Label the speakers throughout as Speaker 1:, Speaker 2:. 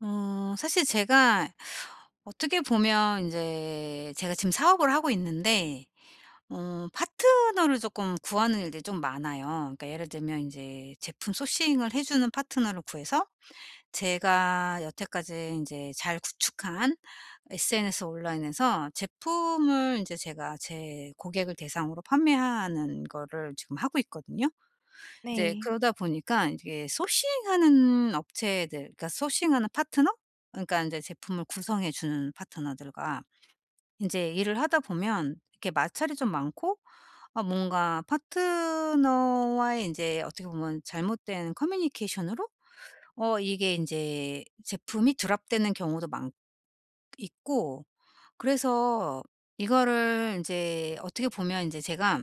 Speaker 1: 사실 제가 어떻게 보면 이제 제가 지금 사업을 하고 있는데 파트너를 조금 구하는 일들이 좀 많아요. 그러니까 예를 들면 이제 제품 소싱을 해 주는 파트너를 구해서 제가 여태까지 이제 잘 구축한 SNS 온라인에서 제품을 이제 제가 제 고객을 대상으로 판매하는 거를 지금 하고 있거든요. 이제
Speaker 2: 네.
Speaker 1: 그러다 보니까 이게 소싱하는 업체들, 그러니까 소싱하는 파트너? 그러니까 인제 제품을 구성해 주는 파트너들과 인제 일을 하다 보면 이렇게 마찰이 좀 많고, 아 뭔가 파트너와의 인제 어떻게 보면 잘못된 커뮤니케이션으로 이게 인제 제품이 드랍되는 경우도 많 있고. 그래서 이거를 인제 어떻게 보면 인제 제가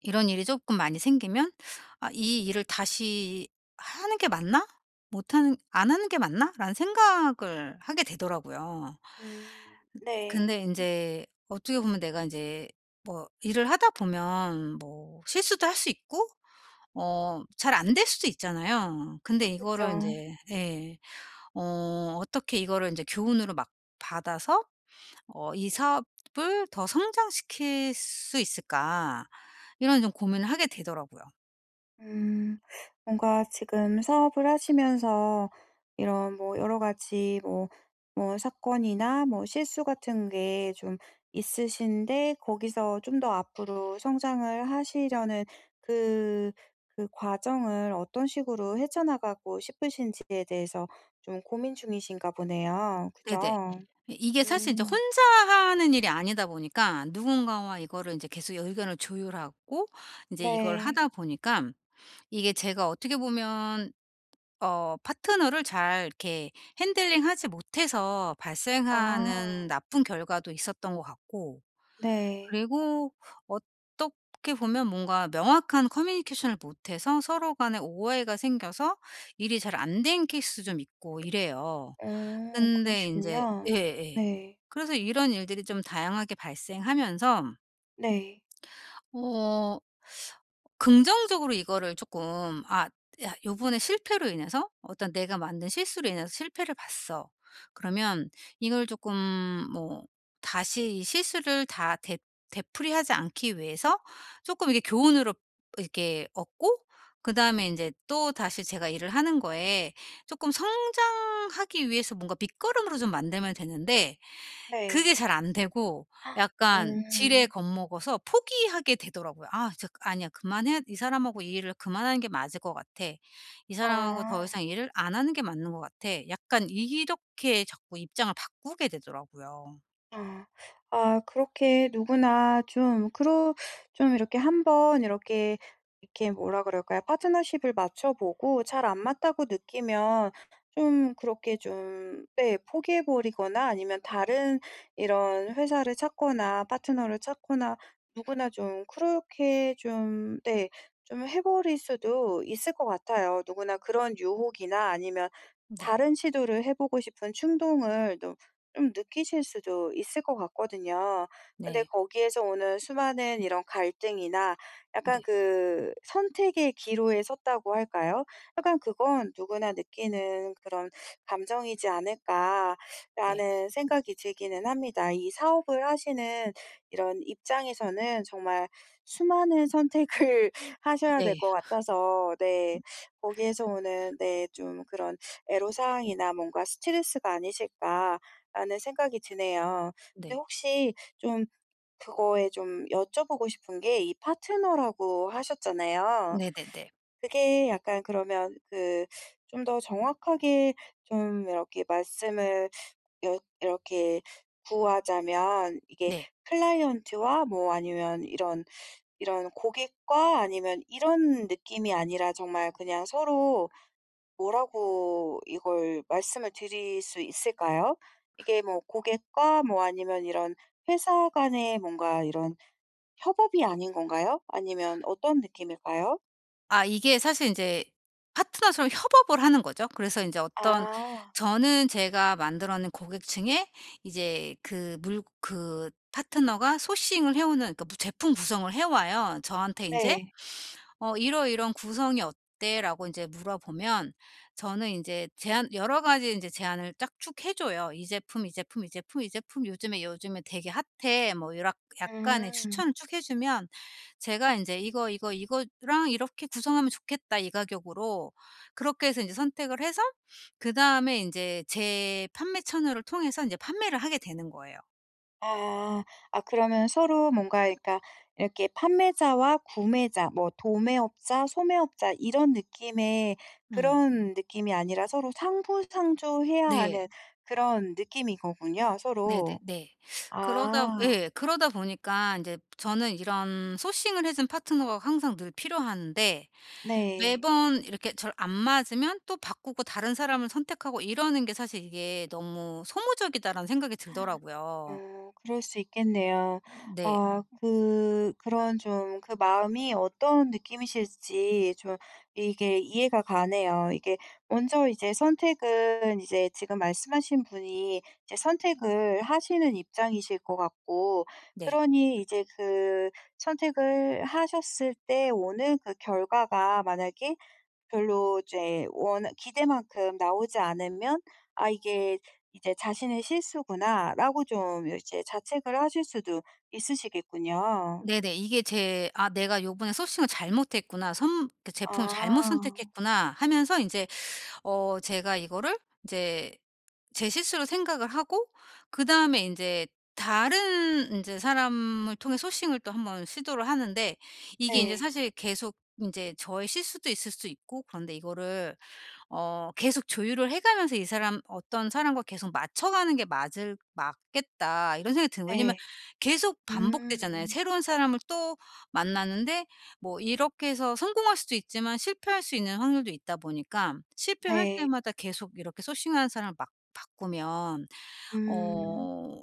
Speaker 1: 이런 일이 조금 많이 생기면 '아 이 일을 다시 하는 게 맞나? 못 하는 안 하는 게 맞나?'라는 생각을 하게 되더라고요.
Speaker 2: 네.
Speaker 1: 근데 이제 어떻게 보면 내가 이제 뭐 일을 하다 보면 뭐 실수도 할 수 있고 잘 안될 수도 있잖아요. 근데
Speaker 2: 그쵸.
Speaker 1: 이거를 이제 예. 어 어떻게 이거를 이제 교훈으로 막 받아서 '이 사업을 더 성장시킬 수 있을까?' 이런 좀 고민을 하게 되더라고요.
Speaker 2: 음 뭔가 지금 사업을 하시면서 이런 뭐 여러 가지 뭐 사건이나 뭐 실수 같은 게 좀 있으신데, 거기서 좀 더 앞으로 성장을 하시려는 그 그 과정을 어떤 식으로 헤쳐나가고 싶으신지에 대해서 좀 고민 중이신가 보네요.
Speaker 1: 네네.
Speaker 2: 그죠?
Speaker 1: 이게 사실 이제
Speaker 2: 음
Speaker 1: 혼자 하는 일이 아니다 보니까 누군가와 이거를 이제 계속 의견을 조율하고 이제 이걸
Speaker 2: 네.
Speaker 1: 하다 보니까 이게 제가 어떻게 보면 파트너를 잘 이렇게 핸들링하지 못해서 발생하는
Speaker 2: 아
Speaker 1: 나쁜 결과도 있었던 것 같고,
Speaker 2: 네.
Speaker 1: 그리고 어떻게 보면 뭔가 명확한 커뮤니케이션을 못해서 서로 간에 오해가 생겨서 일이 잘 안 된 케이스 좀 있고 이래요. 근데 이제
Speaker 2: 그러시군요.
Speaker 1: 예예.
Speaker 2: 네.
Speaker 1: 그래서 이런 일들이 좀 다양하게 발생하면서
Speaker 2: 네.
Speaker 1: 어 긍정적으로 이거를 조금 '아 야 요번에 실패로 인해서 어떤 내가 만든 실수로 인해서 실패를 봤어.' 그러면 이걸 조금 뭐 다시 이 실수를 다 되 되풀이하지 않기 위해서 조금 이게 교훈으로 이렇게 얻고 그다음에 이제 또다시 제가 일을 하는 거에 조금 성장하기 위해서 뭔가 밑거름으로 좀 만들면 되는데
Speaker 2: 네.
Speaker 1: 그게 잘 안 되고 약간 지레
Speaker 2: 음.
Speaker 1: 겁먹어서 포기하게 되더라고요. '아 저 아니야. 그만해야 이 사람하고 이 일을 그만하는 게 맞을 것 같아. 이 사람하고 더
Speaker 2: 아.
Speaker 1: 이상 일을 안 하는 게 맞는 것 같아.' 약간 이렇게 자꾸 입장을 바꾸게 되더라고요.
Speaker 2: 아. 아, 그렇게 누구나 좀 그러 좀 이렇게 한번 이렇게 뭐라 그럴까요? 파트너십을 맞춰 보고 잘 안 맞다고 느끼면 좀 그렇게 좀, 네, 포기해 버리거나 아니면 다른 이런 회사를 찾거나 파트너를 찾거나, 누구나 좀 그렇게 좀, 네, 좀 해 버릴 수도 있을 것 같아요. 누구나 그런 유혹이나 아니면
Speaker 1: 네.
Speaker 2: 다른 시도를 해 보고 싶은 충동을 또 좀 느끼실 수도 있을 것 같거든요. 근데
Speaker 1: 네.
Speaker 2: 거기에서 오는 수많은 이런 갈등이나 약간
Speaker 1: 네.
Speaker 2: 그 선택의 기로에 섰다고 할까요? 약간 그건 누구나 느끼는 그런 감정이지
Speaker 1: 네.
Speaker 2: 않을까라는 생각이 들기는 합니다. 이 사업을 하시는 이런 입장에서는 정말 수많은 선택을 하셔야 될
Speaker 1: 네.
Speaker 2: 것 같아서. 네. 거기에서 오는, 네, 좀 그런 애로사항이나 뭔가 스트레스가 아니실까 라는 생각이 드네요. 근데
Speaker 1: 네.
Speaker 2: 혹시 좀 그거에 좀 여쭤보고 싶은 게, 이 파트너라고 하셨잖아요.
Speaker 1: 네네네. 네.
Speaker 2: 그게 약간 그러면 그 좀 더 정확하게 좀 이렇게 말씀을, 여 이렇게 구하자면 이게,
Speaker 1: 네.
Speaker 2: 클라이언트와 뭐 아니면 이런 고객과, 아니면 이런 느낌이 아니라 정말 그냥 서로 뭐라고 이걸 말씀을 드릴 수 있을까요? 이게 뭐 고객과 뭐 아니면 이런 회사 간의 뭔가 이런 협업이 아닌 건가요? 아니면 어떤 느낌일까요?
Speaker 1: 아 이게 사실 인제 파트너처럼 협업을 하는 거죠. 그래서 인제 어떤,
Speaker 2: 아
Speaker 1: 저는 제가 만들어 낸 고객층에 이제 그 물 그 파트너가 소싱을 해 오는, 그러니까 무 제품 구성을 해 와요. 저한테 인제
Speaker 2: 네.
Speaker 1: "이러이러한 구성이 어때?"라고 이제 물어보면 저는 이제 제안, 여러 가지 이제 제안을 쫙 쭉 해 줘요. "이 제품, 이 제품, 이 제품, 이 제품 요즘에, 요즘에 되게 핫해." 뭐 요락 약간의
Speaker 2: 음.
Speaker 1: 추천을 쭉 해 주면 제가 이제 "이거, 이거, 이거랑 이렇게 구성하면 좋겠다, 이 가격으로." 그렇게 해서 이제 선택을 해서, 그다음에 이제 제 판매 채널을 통해서 이제 판매를 하게 되는 거예요.
Speaker 2: 아. 아, 그러면 서로 뭔가 그러니까 이렇게 판매자와 구매자, 뭐 도매업자, 소매업자 이런 느낌의
Speaker 1: 음.
Speaker 2: 그런 느낌이 아니라 서로 상부상조해야
Speaker 1: 네.
Speaker 2: 하는 그런 느낌인 거군요,
Speaker 1: 네네
Speaker 2: 서로.
Speaker 1: 네. 그러다
Speaker 2: 아.
Speaker 1: 예. 그러다 보니까 인제 저는 이런 소싱을 해준 파트너가 항상 늘 필요한데
Speaker 2: 네.
Speaker 1: 매번 이렇게 절 안 맞으면 또 바꾸고 다른 사람을 선택하고 이러는 게 사실 이게 '너무 소모적이다.'라는 생각이 들더라고요.
Speaker 2: 어 그럴 수 있겠네요.
Speaker 1: 네.
Speaker 2: 아, 그런 좀 그 마음이 어떤 느낌이실지 좀, 이게 이해가 가네요. 이게 먼저 이제 선택은, 이제 지금 말씀하신 분이 이제 선택을 하시는 입장이실 것 같고,
Speaker 1: 네.
Speaker 2: 그러니 이제 그 선택을 하셨을 때 오는 그 결과가 만약에 별로 이제 원 기대만큼 나오지 않으면 '아 이게 이제 자신의 실수구나.'라고 좀 이제 자책을 하실 수도 있으시겠군요.
Speaker 1: 네네. 이게 제 '아 내가 요번에 소싱을 잘못했구나. 선 그 제품을 잘못
Speaker 2: 아
Speaker 1: 선택했구나.' 하면서 인제 제가 이거를 이제 제 실수로 생각을 하고 그다음에 이제 다른 이제 사람을 통해 소싱을 또 한번 시도를 하는데 이게 이제
Speaker 2: 네.
Speaker 1: 사실 계속 이제 저의 실수도 있을 수 있고 그런데 이거를 계속 조율을 해 가면서 '이 사람 어떤 사람과 계속 맞춰가는 게 맞을 맞겠다.' 이런 생각이 드는 거예요. 왜냐면
Speaker 2: 네.
Speaker 1: 계속 반복되잖아요.
Speaker 2: 음.
Speaker 1: 새로운 사람을 또 만나는데 뭐 이렇게 해서 성공할 수도 있지만 실패할 수 있는 확률도 있다 보니까 실패할
Speaker 2: 네.
Speaker 1: 때마다 계속 이렇게 소싱하는 사람을 막 바꾸면
Speaker 2: 음.
Speaker 1: 어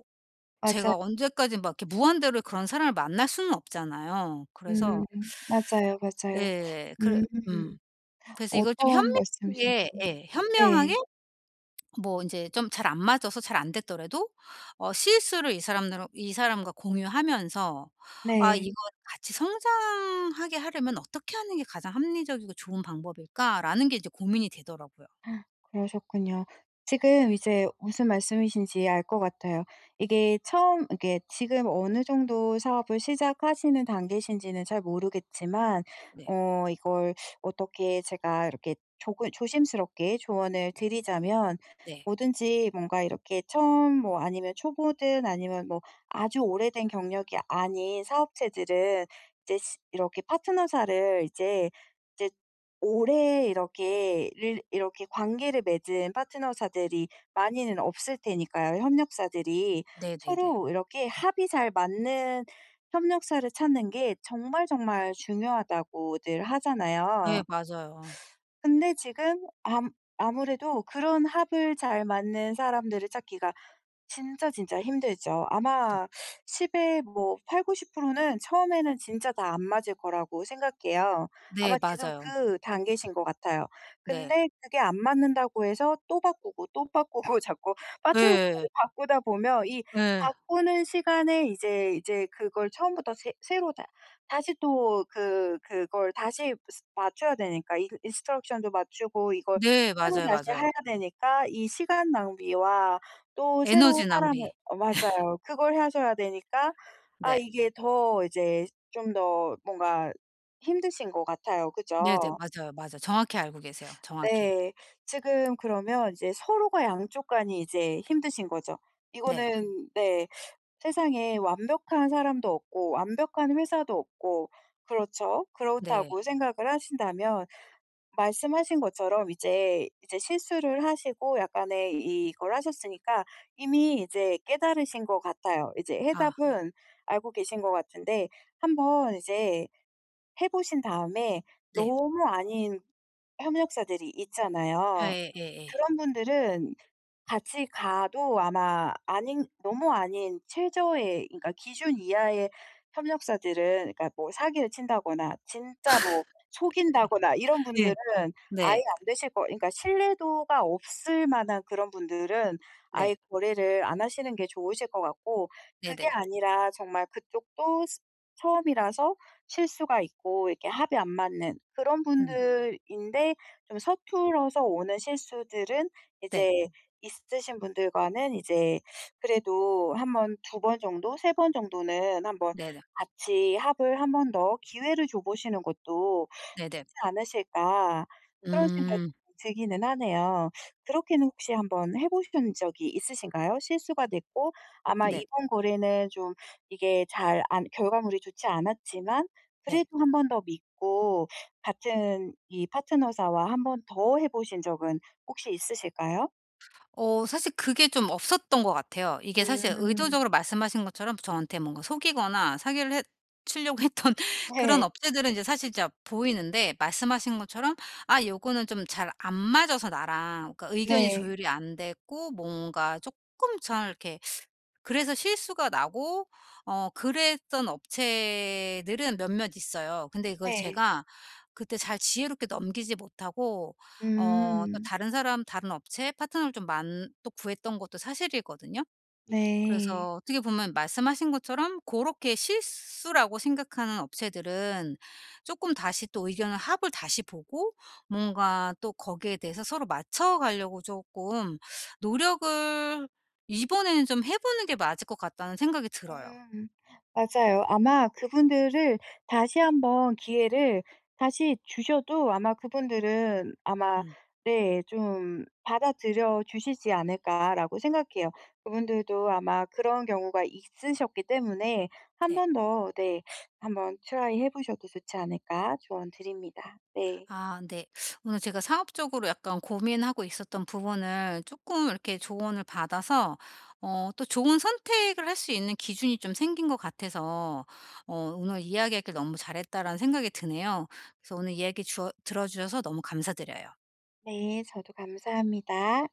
Speaker 2: 맞아.
Speaker 1: 제가 언제까지 막 이렇게 무한대로 그런 사람을 만날 수는 없잖아요. 그래서
Speaker 2: 음. 맞아요, 맞아요.
Speaker 1: 예. 그래
Speaker 2: 음.
Speaker 1: 음. 그래서 이걸 좀
Speaker 2: 어떤 말씀이신지.
Speaker 1: 현명하게, 예, 현명하게
Speaker 2: 네.
Speaker 1: 뭐 이제 좀 잘 안 맞아서 잘 안 됐더라도 실수를 이 사람들 이 사람과 공유하면서 '아
Speaker 2: 네.
Speaker 1: 이거 같이 성장하게 하려면 어떻게 하는 게 가장 합리적이고 좋은 방법일까?'라는 게 이제 고민이 되더라고요.
Speaker 2: 그러셨군요. 지금 이제 무슨 말씀이신지 알 것 같아요. 이게 지금 어느 정도 사업을 시작하시는 단계신지는 잘 모르겠지만,
Speaker 1: 네.
Speaker 2: 이걸 어떻게 제가 이렇게 조금 조심스럽게 조언을 드리자면,
Speaker 1: 네.
Speaker 2: 뭐든지 뭔가 이렇게 처음 뭐 아니면 초보든 아니면 뭐 아주 오래된 경력이 아닌 사업체들은 이제 시 이렇게 파트너사를 이제 오래 이렇게 릴 이렇게 관계를 맺은 파트너사들이 많이는 없을 테니까요, 협력사들이.
Speaker 1: 네네네. 네.
Speaker 2: 서로 이렇게 합이 잘 맞는 협력사를 찾는 게 정말 정말 중요하다고들
Speaker 1: 네, 네
Speaker 2: 하잖아요.
Speaker 1: 맞아요.
Speaker 2: 근데 지금 암 아무래도 그런 합을 잘 맞는 사람들을 찾기가 진짜, 진짜 힘들죠. 아마 10의 뭐 80-90%는 처음에는 진짜 다 안 맞을 거라고 생각해요.
Speaker 1: 네
Speaker 2: 아마 지금
Speaker 1: 맞아요.
Speaker 2: 그 단계신 것 같아요.
Speaker 1: 네.
Speaker 2: 근데 그게 안 맞는다고 해서 또 바꾸고 또 바꾸고 자꾸 파트너를
Speaker 1: 네.
Speaker 2: 바꾸다 보면, 이
Speaker 1: 네.
Speaker 2: 바꾸는 시간에 이제 그걸 처음부터 새 새로 다 다시, 또 그걸 다시 스 맞춰야 되니까, 인 인스트럭션도 맞추고 이걸
Speaker 1: 네
Speaker 2: 새로
Speaker 1: 맞아요,
Speaker 2: 다시
Speaker 1: 맞아요.
Speaker 2: 해야 되니까, 이 시간 낭비와 또 새로운
Speaker 1: 에너지 낭비.
Speaker 2: 사람을. 어 맞아요. 그걸 하셔야 되니까 아,
Speaker 1: 네.
Speaker 2: 이게 더 이제 좀 더 뭔가 힘드신 것 같아요.
Speaker 1: 네네.
Speaker 2: 그죠?
Speaker 1: 맞아요, 맞아요. 정확히 알고 계세요. 정확히.
Speaker 2: 네. 지금 그러면 이제 서로가 양쪽 간이 이제 힘드신 거죠.
Speaker 1: 네.
Speaker 2: 이거는 네. 세상에 완벽한 사람도 없고 완벽한 회사도 없고 그렇죠.
Speaker 1: 네.
Speaker 2: 그렇다고 생각을 하신다면, 말씀하신 것처럼 이제 실수를 하시고 약간의 이걸 하셨으니까, 이미 이제 깨달으신 것 같아요. 이제
Speaker 1: 아
Speaker 2: 해답은 알고 계신 것 같은데, 한번 이제 해 보신 다음에
Speaker 1: 네.
Speaker 2: 너무 아닌 협력사들이 있잖아요.
Speaker 1: 예예예예. 예.
Speaker 2: 그런 분들은 같이 가도 아마 아닌, 너무 아닌 최저의 그러니까 기준 이하의 협력사들은, 그러니까 뭐 사기를 친다거나 진짜 뭐 속인다거나 이런
Speaker 1: 예,
Speaker 2: 분들은
Speaker 1: 예.
Speaker 2: 아예
Speaker 1: 네.
Speaker 2: 안 되실 거, 그러니까 신뢰도가 없을 만한 그런 분들은
Speaker 1: 네.
Speaker 2: 아예 거래를 안 하시는 게 좋으실 것 같고, 그게
Speaker 1: 네네.
Speaker 2: 아니라 정말 그쪽도 스 처음이라서 실수가 있고 이렇게 합이 안 맞는 그런
Speaker 1: 음
Speaker 2: 분들인데, 좀 서툴어서 오는 실수들은 이제
Speaker 1: 네.
Speaker 2: 있으신 분들과는 이제 그래도 한번, 두 번 정도, 세 번 정도는 한번
Speaker 1: 네네.
Speaker 2: 같이 합을 한번 더, 기회를 줘 보시는 것도
Speaker 1: 네네.
Speaker 2: 좋지 않으실까, 그런 생각이
Speaker 1: 음.
Speaker 2: 들기는 하네요. 그렇게는 혹시 한번 해 보신 적이 있으신가요? 실수가 됐고 아마
Speaker 1: 네.
Speaker 2: 이번 거래는 좀 이게 잘 안 결과물이 좋지 않았지만,
Speaker 1: 네.
Speaker 2: 그래도 한 번 더 믿고 같은 이 파트너사와 한 번 더 해 보신 적은 혹시 있으실까요?
Speaker 1: 사실 그게 좀 없었던 것 같아요. 이게 사실
Speaker 2: 음.
Speaker 1: 의도적으로 말씀하신 것처럼 저한테 뭔가 속이거나 사기를 해 치려고 했던 그런
Speaker 2: 네.
Speaker 1: 업체들은 이제 사실 진짜 보이는데, 말씀하신 것처럼 '아 요거는 좀 잘 안 맞아서 나랑.' 그러니까 의견이
Speaker 2: 네.
Speaker 1: 조율이 안 됐고 뭔가 쪼끔 잘 이렇게, 그래서 실수가 나고 그랬던 업체들은 몇몇 있어요. 근데 이걸
Speaker 2: 네.
Speaker 1: 제가 그때 잘 지혜롭게 넘기지 못하고 또
Speaker 2: 음.
Speaker 1: 다른 사람 다른 업체 파트너를 좀 만 또 구했던 것도 사실이거든요.
Speaker 2: 네.
Speaker 1: 그래서 어떻게 보면 말씀하신 것처럼 그렇게 실수라고 생각하는 업체들은 조금 다시 또 의견을 합을 다시 보고 뭔가 또 거기에 대해서 서로 맞춰가려고 조금 노력을 이번에는 좀 해 보는 게 맞을 것 같다는 생각이 들어요.
Speaker 2: 음. 맞아요. 아마 그분들을 다시 한번 기회를 다시 주셔도, 아마 그분들은, 아마
Speaker 1: 음.
Speaker 2: 네, 좀 받아들여 주시지 않을까라고 생각해요. 그분들도 아마 그런 경우가 있으셨기 때문에 한
Speaker 1: 네.
Speaker 2: 번 더, 네, 한번 트라이 해 보셔도 좋지 않을까 조언 드립니다. 네.
Speaker 1: 아 네. 오늘 제가 사업적으로 약간 고민하고 있었던 부분을 조금 이렇게 조언을 받아서 또 좋은 선택을 할 수 있는 기준이 좀 생긴 것 같아서 오늘 이야기하길 너무 잘했다라는 생각이 드네요. 그래서 오늘 이야기 주어 들어 주셔서 너무 감사드려요.
Speaker 2: 네. 저도 감사합니다.